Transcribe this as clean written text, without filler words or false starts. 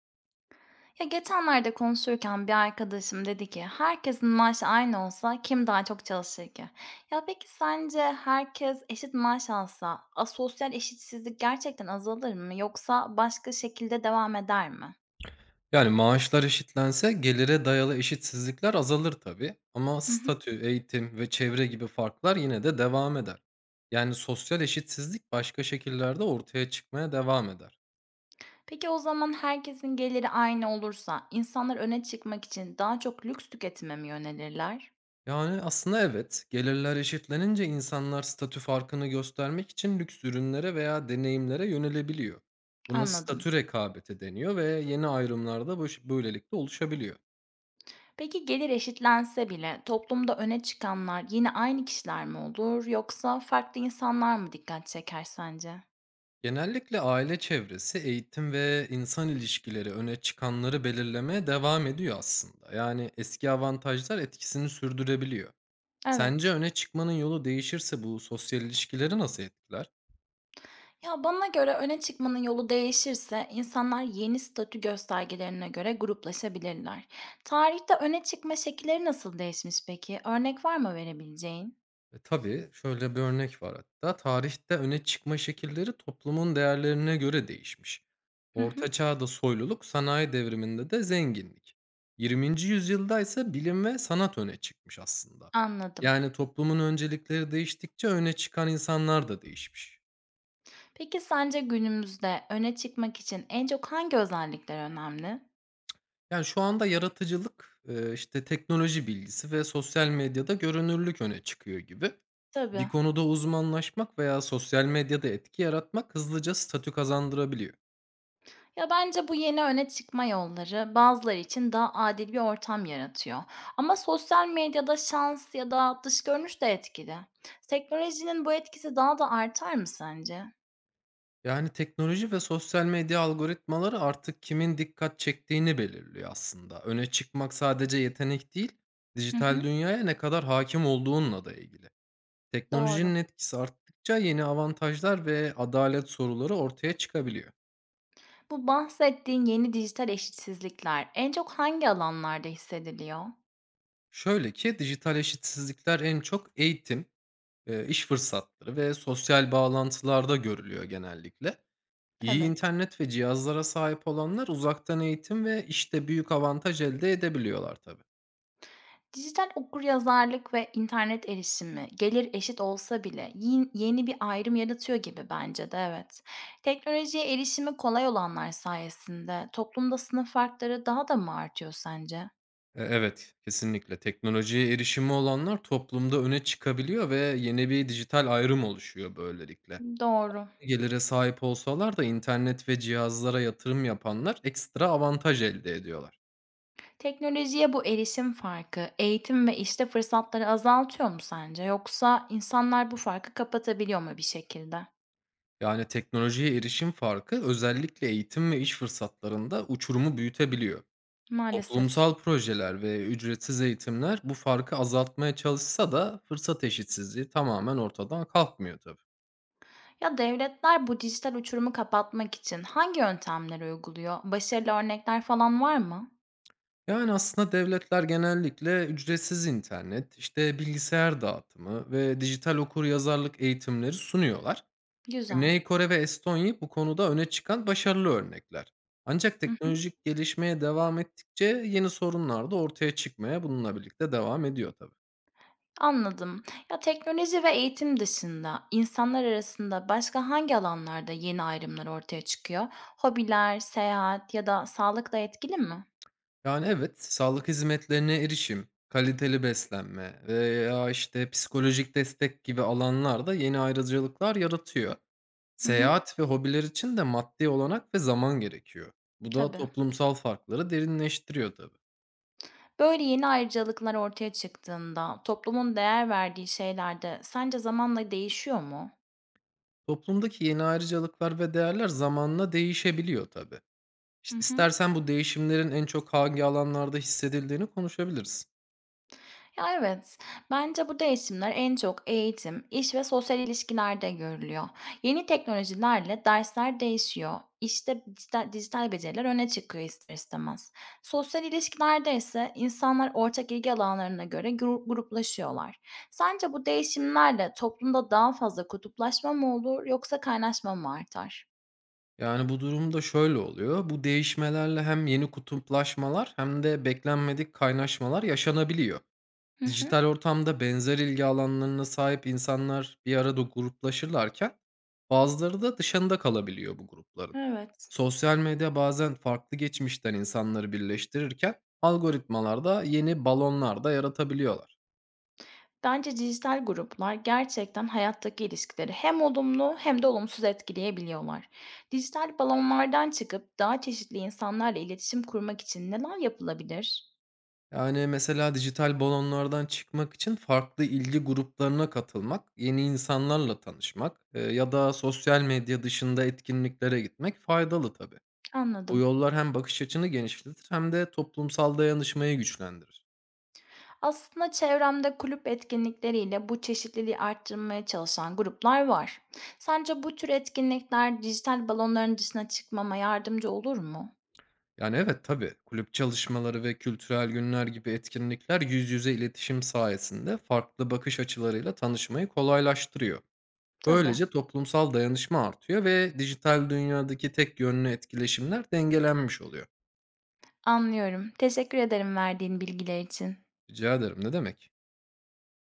Ya geçenlerde konuşurken bir arkadaşım dedi ki herkesin maaşı aynı olsa kim daha çok çalışır ki? Ya peki sence herkes eşit maaş alsa asosyal eşitsizlik gerçekten azalır mı yoksa başka şekilde devam eder mi? Yani maaşlar eşitlense gelire dayalı eşitsizlikler azalır tabii ama Hı hı. statü, eğitim ve çevre gibi farklar yine de devam eder. Yani sosyal eşitsizlik başka şekillerde ortaya çıkmaya devam eder. Peki o zaman herkesin geliri aynı olursa insanlar öne çıkmak için daha çok lüks tüketime mi yönelirler? Yani aslında evet, gelirler eşitlenince insanlar statü farkını göstermek için lüks ürünlere veya deneyimlere yönelebiliyor. Buna Anladım. statü rekabeti deniyor ve yeni ayrımlarda böylelikle oluşabiliyor. Peki gelir eşitlense bile toplumda öne çıkanlar yine aynı kişiler mi olur yoksa farklı insanlar mı dikkat çeker sence? Genellikle aile çevresi, eğitim ve insan ilişkileri öne çıkanları belirlemeye devam ediyor aslında. Yani eski avantajlar etkisini sürdürebiliyor. Evet. Sence öne çıkmanın yolu değişirse bu sosyal ilişkileri nasıl etkiler? Ya bana göre öne çıkmanın yolu değişirse insanlar yeni statü göstergelerine göre gruplaşabilirler. Tarihte öne çıkma şekilleri nasıl değişmiş peki? Örnek var mı verebileceğin? Tabii, şöyle bir örnek var hatta. Tarihte öne çıkma şekilleri toplumun değerlerine göre değişmiş. Hı Orta hı, Çağ'da soyluluk, sanayi devriminde de zenginlik. 20. yüzyılda ise bilim ve sanat öne çıkmış aslında. anladım. Yani toplumun öncelikleri değiştikçe öne çıkan insanlar da değişmiş. Peki sence günümüzde öne çıkmak için en çok hangi özellikler önemli? Yani şu anda yaratıcılık, işte teknoloji bilgisi ve sosyal medyada görünürlük öne çıkıyor gibi. Bir Tabii. konuda uzmanlaşmak veya sosyal medyada etki yaratmak hızlıca statü kazandırabiliyor. Ya bence bu yeni öne çıkma yolları bazıları için daha adil bir ortam yaratıyor. Ama sosyal medyada şans ya da dış görünüş de etkili. Teknolojinin bu etkisi daha da artar mı sence? Yani, teknoloji ve sosyal medya algoritmaları artık kimin dikkat çektiğini belirliyor aslında. Öne çıkmak sadece yetenek değil, Hı dijital hı, dünyaya ne kadar hakim olduğunla da ilgili. doğru. Teknolojinin etkisi arttıkça yeni avantajlar ve adalet soruları ortaya çıkabiliyor. Bu bahsettiğin yeni dijital eşitsizlikler en çok hangi alanlarda hissediliyor? Şöyle ki dijital eşitsizlikler en çok eğitim, iş fırsatları ve sosyal bağlantılarda görülüyor genellikle. İyi Evet. internet ve cihazlara sahip olanlar uzaktan eğitim ve işte büyük avantaj elde edebiliyorlar tabii. Dijital okuryazarlık ve internet erişimi gelir eşit olsa bile yeni bir ayrım yaratıyor gibi bence de evet. Teknolojiye erişimi kolay olanlar sayesinde toplumda sınıf farkları daha da mı artıyor sence? Evet, kesinlikle. Teknolojiye erişimi olanlar toplumda öne çıkabiliyor ve yeni bir dijital ayrım oluşuyor böylelikle. Doğru. Gelire sahip olsalar da internet ve cihazlara yatırım yapanlar ekstra avantaj elde ediyorlar. Teknolojiye bu erişim farkı eğitim ve işte fırsatları azaltıyor mu sence? Yoksa insanlar bu farkı kapatabiliyor mu bir şekilde? Yani teknolojiye erişim farkı özellikle eğitim ve iş fırsatlarında uçurumu büyütebiliyor. Maalesef. Toplumsal projeler ve ücretsiz eğitimler bu farkı azaltmaya çalışsa da fırsat eşitsizliği tamamen ortadan kalkmıyor tabii. Ya devletler bu dijital uçurumu kapatmak için hangi yöntemleri uyguluyor? Başarılı örnekler falan var mı? Yani, aslında devletler genellikle ücretsiz internet, işte, bilgisayar dağıtımı ve dijital okuryazarlık eğitimleri sunuyorlar. Güzel. Güney Kore ve Estonya bu konuda öne çıkan başarılı örnekler. Ancak Hı hı. teknolojik gelişmeye devam ettikçe yeni sorunlar da ortaya çıkmaya bununla birlikte devam ediyor tabii. Anladım. Ya, teknoloji ve eğitim dışında insanlar arasında başka hangi alanlarda yeni ayrımlar ortaya çıkıyor? Hobiler, seyahat ya da sağlık da etkili mi? Yani, evet, sağlık hizmetlerine erişim, kaliteli beslenme veya, işte, psikolojik destek gibi alanlarda yeni ayrıcalıklar yaratıyor. Hı hı. Seyahat ve hobiler için de maddi olanak ve zaman gerekiyor. Bu da Tabii. toplumsal farkları derinleştiriyor tabii. Böyle yeni ayrıcalıklar ortaya çıktığında toplumun değer verdiği şeyler de sence zamanla değişiyor mu? Toplumdaki yeni ayrıcalıklar ve değerler zamanla değişebiliyor tabii. Hı İşte hı. istersen bu değişimlerin en çok hangi alanlarda hissedildiğini konuşabiliriz. Ya, evet. Bence bu değişimler en çok eğitim, iş ve sosyal ilişkilerde görülüyor. Yeni teknolojilerle dersler değişiyor. İşte dijital beceriler öne çıkıyor ister istemez. Sosyal ilişkilerde ise insanlar ortak ilgi alanlarına göre gruplaşıyorlar. Sence bu değişimlerle toplumda daha fazla kutuplaşma mı olur yoksa kaynaşma mı artar? Yani bu durumda şöyle oluyor. Bu değişmelerle hem yeni kutuplaşmalar hem de beklenmedik kaynaşmalar yaşanabiliyor. Hı hı. Dijital ortamda benzer ilgi alanlarına sahip insanlar bir arada gruplaşırlarken bazıları da dışında kalabiliyor bu grupların. Evet. Sosyal medya bazen farklı geçmişten insanları birleştirirken algoritmalarda yeni balonlar da yaratabiliyorlar. Bence dijital gruplar gerçekten hayattaki ilişkileri hem olumlu hem de olumsuz etkileyebiliyorlar. Dijital balonlardan çıkıp daha çeşitli insanlarla iletişim kurmak için neler yapılabilir? Yani mesela dijital balonlardan çıkmak için farklı ilgi gruplarına katılmak, yeni insanlarla tanışmak ya da sosyal medya dışında etkinliklere gitmek faydalı tabii. Bu Anladım. yollar hem bakış açını genişletir hem de toplumsal dayanışmayı güçlendirir. Aslında çevremde kulüp etkinlikleriyle bu çeşitliliği arttırmaya çalışan gruplar var. Sence bu tür etkinlikler dijital balonların dışına çıkmama yardımcı olur mu? Yani evet tabii kulüp çalışmaları ve kültürel günler gibi etkinlikler yüz yüze iletişim sayesinde farklı bakış açılarıyla tanışmayı kolaylaştırıyor. Tabii. Böylece toplumsal dayanışma artıyor ve dijital dünyadaki tek yönlü etkileşimler dengelenmiş oluyor. Anlıyorum. Teşekkür ederim verdiğin bilgiler için. Rica ederim ne demek?